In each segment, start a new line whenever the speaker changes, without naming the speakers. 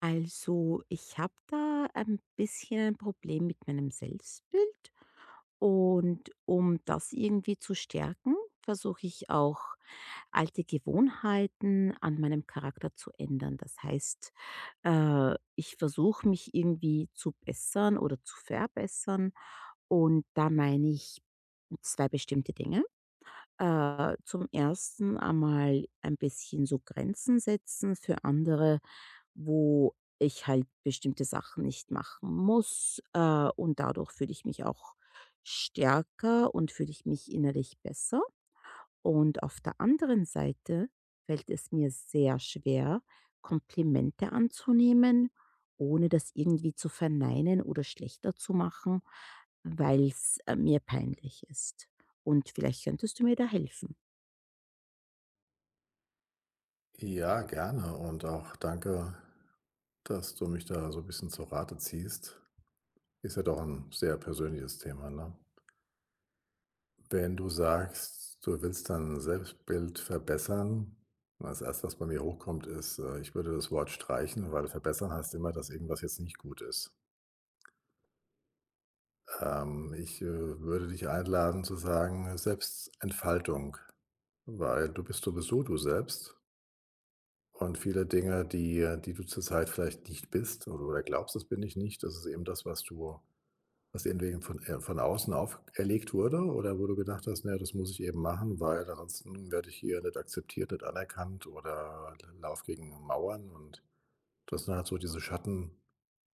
Also, ich habe da ein bisschen ein Problem mit meinem Selbstbild. Und um das irgendwie zu stärken, versuche ich auch alte Gewohnheiten an meinem Charakter zu ändern. Das heißt, ich versuche mich irgendwie zu bessern oder zu verbessern. Und da meine ich zwei bestimmte Dinge. Zum ersten einmal ein bisschen so Grenzen setzen für andere, wo ich halt bestimmte Sachen nicht machen muss, und dadurch fühle ich mich auch stärker und fühle ich mich innerlich besser. Und auf der anderen Seite fällt es mir sehr schwer, Komplimente anzunehmen, ohne das irgendwie zu verneinen oder schlechter zu machen, weil es mir peinlich ist. Und vielleicht könntest du mir da helfen.
Ja, gerne und auch danke, dass du mich da so 'n bisschen zur Rate ziehst. Ist ja doch ein sehr persönliches Thema, ne? Wenn du sagst, du willst dein Selbstbild verbessern, das Erste., was bei mir hochkommt, ist, ich würde das Wort streichen, weil verbessern heißt immer, dass irgendwas jetzt nicht gut ist. Ich würde dich einladen zu sagen, Selbstentfaltung, weil du bist sowieso du selbst. Und viele Dinge, die du zurzeit vielleicht nicht bist oder glaubst, das bin ich nicht, das ist eben das, was du was dir entweder von außen auferlegt wurde oder wo du gedacht hast: „Na ja, das muss ich eben machen, weil ansonsten werde ich hier nicht akzeptiert, nicht anerkannt oder l laufe gegen Mauern.“ Und das sind halt so diese Schatten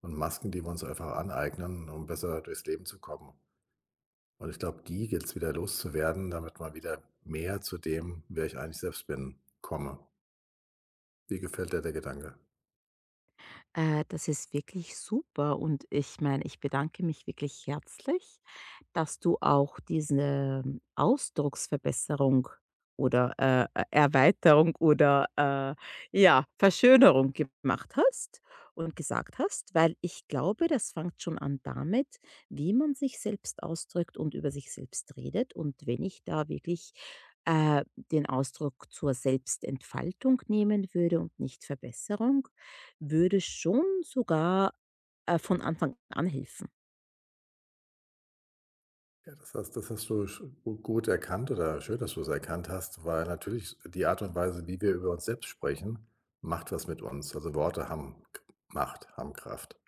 und Masken, die wir uns einfach aneignen, um besser durchs Leben zu kommen. Und ich glaube, die gilt es wieder loszuwerden, damit man wieder mehr zu dem, wer ich eigentlich selbst bin, komme. Wie gefällt dir der Gedanke?
Das ist wirklich super und ich meine, ich bedanke mich wirklich herzlich, dass du auch diese Ausdrucksverbesserung oder, E Erweiterung oder, ja, Verschönerung gemacht hast und gesagt hast, weil ich glaube, das fängt schon an damit, wie man sich selbst ausdrückt und über sich selbst redet. Und wenn ich da wirklich, den Ausdruck zur Selbstentfaltung nehmen würde und nicht Verbesserung, würde schon sogar, von Anfang an helfen.
Ja, das hast du sch gu gut erkannt oder schön, dass du es erkannt hast, weil natürlich die Art und Weise, wie wir über uns selbst sprechen, macht was mit uns. Also, Worte haben K Macht, haben Kraft.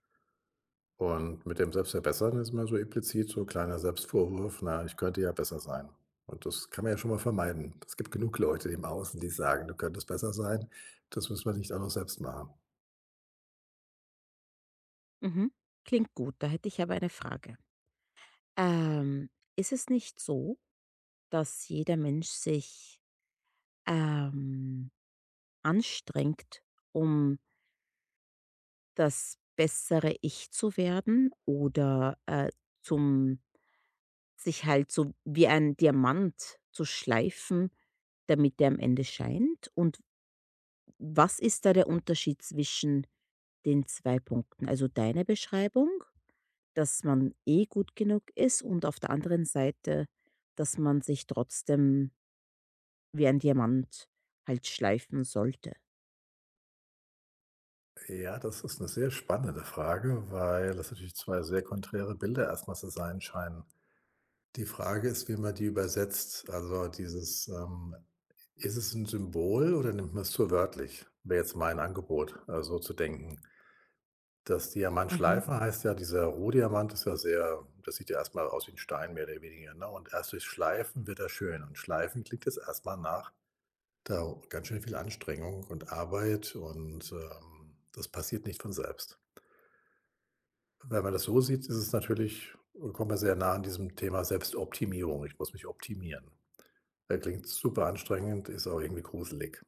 Und mit dem Selbstverbessern ist immer so implizit so ein kleiner Selbstvorwurf: „Na, ich könnte ja besser sein.“ Und das kann man ja schon mal vermeiden. Es gibt genug Leute im Außen, die sagen: „Du könntest besser sein.“ Das müssen wir nicht auch noch selbst machen.
Mhm. Klingt gut, da hätte ich aber eine Frage. Ähm, Ist es nicht so, dass jeder Mensch sich, ähm, anstrengt, um das bessere Ich zu werden oder, zum sich halt so wie ein Diamant zu schleifen, damit der am Ende scheint? Und was ist da der Unterschied zwischen den 2 Punkten? Also, deine Beschreibung, dass man eh gut genug ist und auf der anderen Seite, dass man sich trotzdem wie ein Diamant halt schleifen sollte.
Ja, das ist eine sehr spannende Frage, weil das natürlich 2 sehr konträre Bilder erst mal zu sein scheinen. Die Frage ist, wie man die übersetzt. Also dieses, ist es ein Symbol oder nimmt man es zu wörtlich? Wäre jetzt mein Angebot, so zu denken. Das
Mhm,
Diamantschleifen heißt ja, dieser Rohdiamant ist ja sehr, das sieht ja erst mal aus wie ein Stein mehr oder weniger, ne? Und erst durch Schleifen wird er schön. Und Schleifen klingt jetzt erst mal nach da ganz schön viel Anstrengung und Arbeit und, das passiert nicht von selbst. Wenn man das so sieht, ist es natürlich, kommt man sehr nah an diesem Thema Selbstoptimierung. Ich muss mich optimieren. Klingt super anstrengend, ist auch irgendwie gruselig.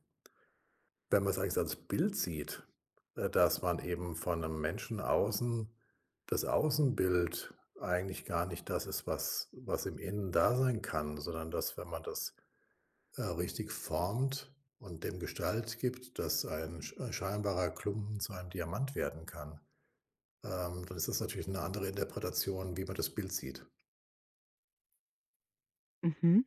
Wenn man es eigentlich als Bild sieht, dass man eben von einem Menschen außen das Außenbild eigentlich gar nicht das ist, was im Innen da sein kann, sondern dass, wenn man das, richtig formt und dem Gestalt gibt, dass ein scheinbarer Klumpen zu einem Diamant werden kann. Dann ist das natürlich eine andere Interpretation, wie man das Bild sieht.
mhm.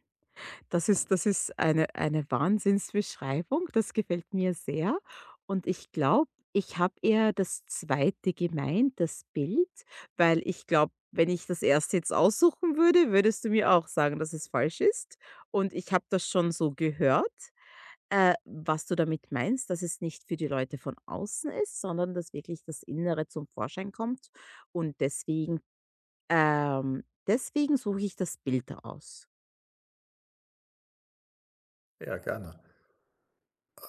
Das ist eine Wahnsinnsbeschreibung. Das gefällt mir sehr. Und ich glaube, ich habe eher das zweite gemeint, das Bild, weil ich glaube, wenn ich das erste jetzt aussuchen würde, würdest du mir auch sagen, dass es falsch ist. Und ich habe das schon so gehört. Was du damit meinst, dass es nicht für die Leute von außen ist, sondern dass wirklich das Innere zum Vorschein kommt, und deswegen, deswegen suche ich das Bild aus.
Ja, gerne.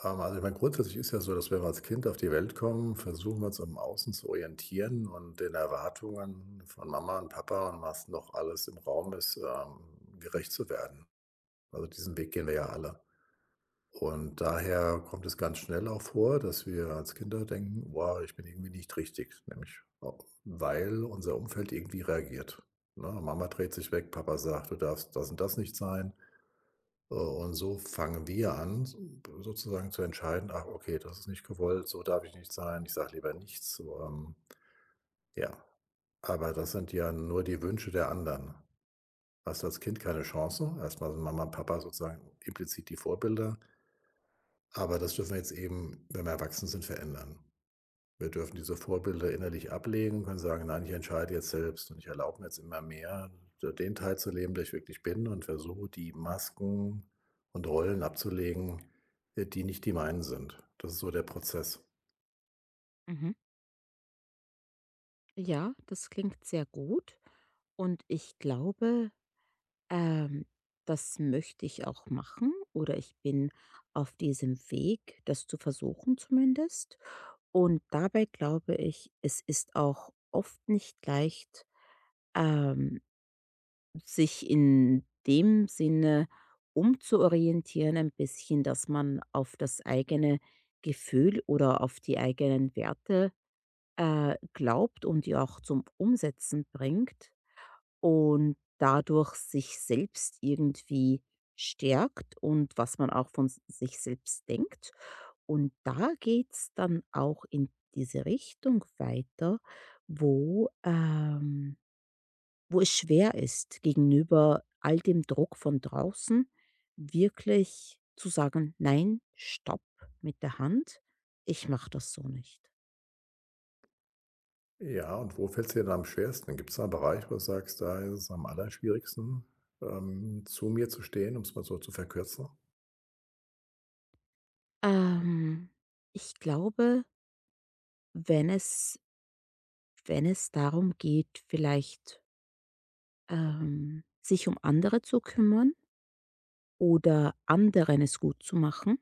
Also, ich meine, grundsätzlich ist ja so, dass wenn wir als Kind auf die Welt kommen, versuchen wir uns im Außen zu orientieren und den Erwartungen von Mama und Papa und was noch alles im Raum ist, gerecht zu werden. Also, diesen Weg gehen wir ja alle. Und daher kommt es ganz schnell auch vor, dass wir als Kinder denken: „Boah, ich bin irgendwie nicht richtig“, nämlich au weil unser Umfeld irgendwie reagiert, ne? Mama dreht sich weg, Papa sagt: „Du darfst das und das nicht sein.“ Und so fangen wir an, s sozusagen zu entscheiden: „Ach, okay, das ist nicht gewollt, so darf ich nicht sein, ich sage lieber nichts“, so, ja. Aber das sind ja nur die Wünsche der anderen. Hast als Kind keine Chance. Erstmal sind Mama und Papa sozusagen implizit die Vorbilder. Aber das dürfen wir jetzt eben, wenn wir erwachsen sind, verändern. Wir dürfen diese Vorbilder innerlich ablegen, können sagen: „Nein, ich entscheide jetzt selbst und ich erlaube mir jetzt immer mehr, d den Teil zu leben, der ich wirklich bin, und versuche, die Masken und Rollen abzulegen, die nicht die meinen sind.“ Das ist so der Prozess.
Mhm. Ja, das klingt sehr gut und ich glaube, ähm, das möchte ich auch machen oder ich bin auf diesem Weg, das zu versuchen zumindest. Und dabei glaube ich, es ist auch oft nicht leicht, ähm sich in dem Sinne umzuorientieren ein bisschen, dass man auf das eigene Gefühl oder auf die eigenen Werte, glaubt und die auch zum Umsetzen bringt und dadurch sich selbst irgendwie stärkt und was man auch von s sich selbst denkt. Und da geht's dann auch in diese Richtung weiter, wo, wo es schwer ist, gegenüber all dem Druck von draußen wirklich zu sagen: „Nein, stopp mit der Hand. Ich mache das so nicht.“
Ja, und wo fällt es dir denn am schwersten? Gibt's da einen Bereich, wo du sagst: „Da ist es am allerschwierigsten, zu mir zu stehen“, um es mal so zu verkürzen?
Ähm, Ich glaube, wenn es wenn es darum geht, vielleicht, sich um andere zu kümmern oder anderen es gut zu machen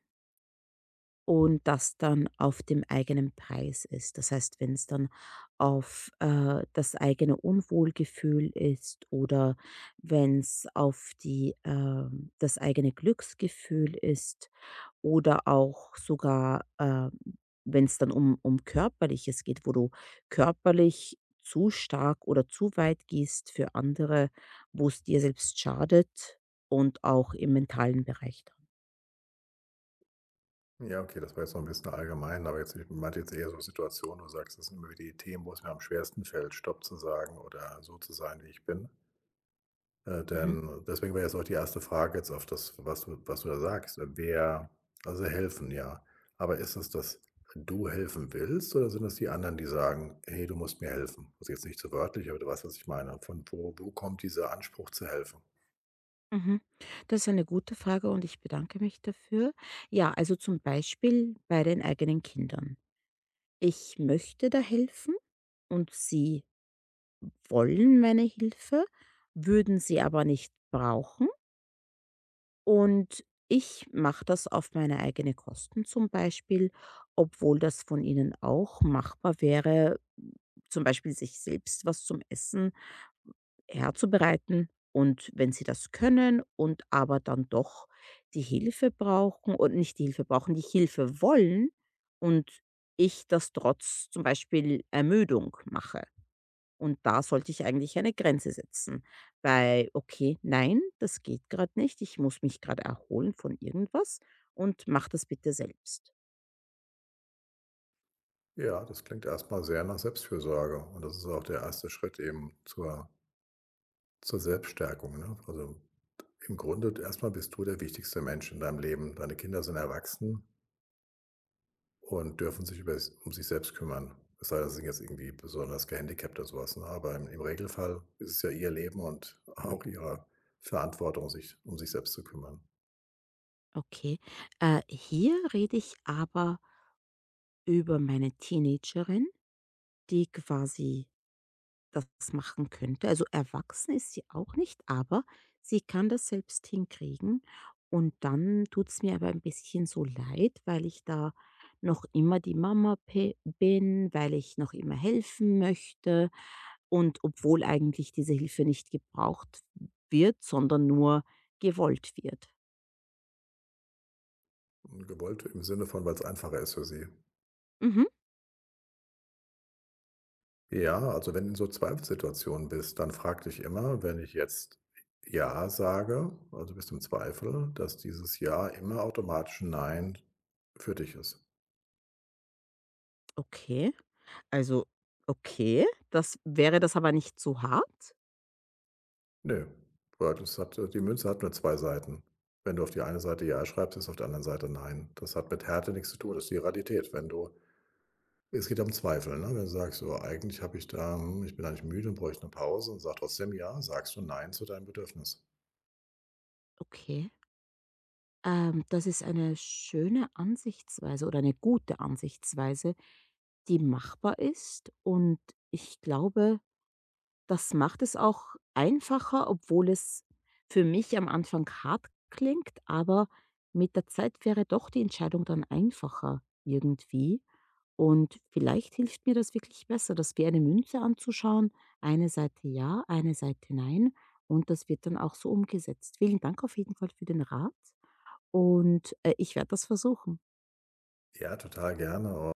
und das dann auf dem eigenen Preis ist. Das heißt, wenn es dann auf, das eigene Unwohlgefühl ist oder wenn es auf die, das eigene Glücksgefühl ist oder auch sogar, wenn es dann um Körperliches geht, wo du körperlich zu stark oder zu weit gehst für andere, wo es dir selbst schadet und auch im mentalen Bereich dann.
Ja, okay, das war jetzt noch ein bisschen allgemein, aber jetzt ich meinte jetzt eher so Situationen, wo du sagst, das sind immer wieder die Themen, wo es mir am schwersten fällt, „Stopp“ zu sagen oder so zu sein, wie ich bin.
Mhm.
Denn deswegen wäre jetzt auch die erste Frage jetzt auf das, was du da sagst. Wer also helfen, ja. Aber ist es, dass du helfen willst, oder sind es die anderen, die sagen: „Hey, du musst mir helfen?“ Das ist jetzt nicht so wörtlich, aber du weißt, was ich meine. Von wo kommt dieser Anspruch zu helfen?
Mhm. Das ist eine gute Frage und ich bedanke mich dafür. Ja, also zum Beispiel bei den eigenen Kindern. Ich möchte da helfen und sie wollen meine Hilfe, würden sie aber nicht brauchen. Und ich mache das auf meine eigenen Kosten zum Beispiel, obwohl das von ihnen auch machbar wäre, zum Beispiel sich selbst was zum Essen herzubereiten. Und wenn sie das können und aber dann doch die Hilfe brauchen und nicht die Hilfe brauchen, die Hilfe wollen und ich das trotz zum Beispiel Ermüdung mache. Und da sollte ich eigentlich eine Grenze setzen. Bei, okay, nein, das geht gerade nicht. Ich muss mich gerade erholen von irgendwas und mach das bitte selbst.
Ja, das klingt erst mal sehr nach Selbstfürsorge und das ist auch der erste Schritt eben zur Selbststärkung, ne? Also, im Grunde erstmal bist du der wichtigste Mensch in deinem Leben. Deine Kinder sind erwachsen und dürfen sich über um sich selbst kümmern. Es sei denn, sie sind jetzt irgendwie besonders gehandicapt oder so was, ne? Aber im Regelfall ist es ja ihr Leben und auch ihre Verantwortung, sich um sich selbst zu kümmern.
Okay. Hier rede ich aber über meine Teenagerin, die quasi das machen könnte. Also erwachsen ist sie auch nicht, aber sie kann das selbst hinkriegen. Und dann tut's mir aber ein bisschen so leid, weil ich da noch immer die Mama bin, weil ich noch immer helfen möchte. Und obwohl eigentlich diese Hilfe nicht gebraucht wird, sondern nur gewollt wird.
Und gewollt im Sinne von, weil es einfacher ist für sie.
Mhm.
Ja, also wenn du in so Zweifelsituationen bist, dann frag dich immer, wenn ich jetzt Ja sage, also bist du im Zweifel, dass dieses Ja immer automatisch ein Nein für dich ist.
Okay. Also, okay. Das wäre das aber nicht so hart.
Nö, weil das hat, die Münze hat nur zwei Seiten. Wenn du auf die eine Seite Ja schreibst, ist auf der anderen Seite Nein. Das hat mit Härte nichts zu tun, das ist die Realität. Wenn du, es geht ja um Zweifel, ne? Wenn du sagst, so eigentlich habe ich da, hm, ich bin eigentlich müde und bräuchte eine Pause und sag trotzdem Ja, sagst du Nein zu deinem Bedürfnis.
Okay. Das ist eine schöne Ansichtsweise oder eine gute Ansichtsweise, die machbar ist. Und ich glaube, das macht es auch einfacher, obwohl es für mich am Anfang hart klingt, aber mit der Zeit wäre doch die Entscheidung dann einfacher irgendwie. Und vielleicht hilft mir das wirklich besser, das wie eine Münze anzuschauen. Eine Seite ja, eine Seite nein. Und das wird dann auch so umgesetzt. Vielen Dank auf jeden Fall für den Rat. Und, ich werde das versuchen.
Ja, total gerne.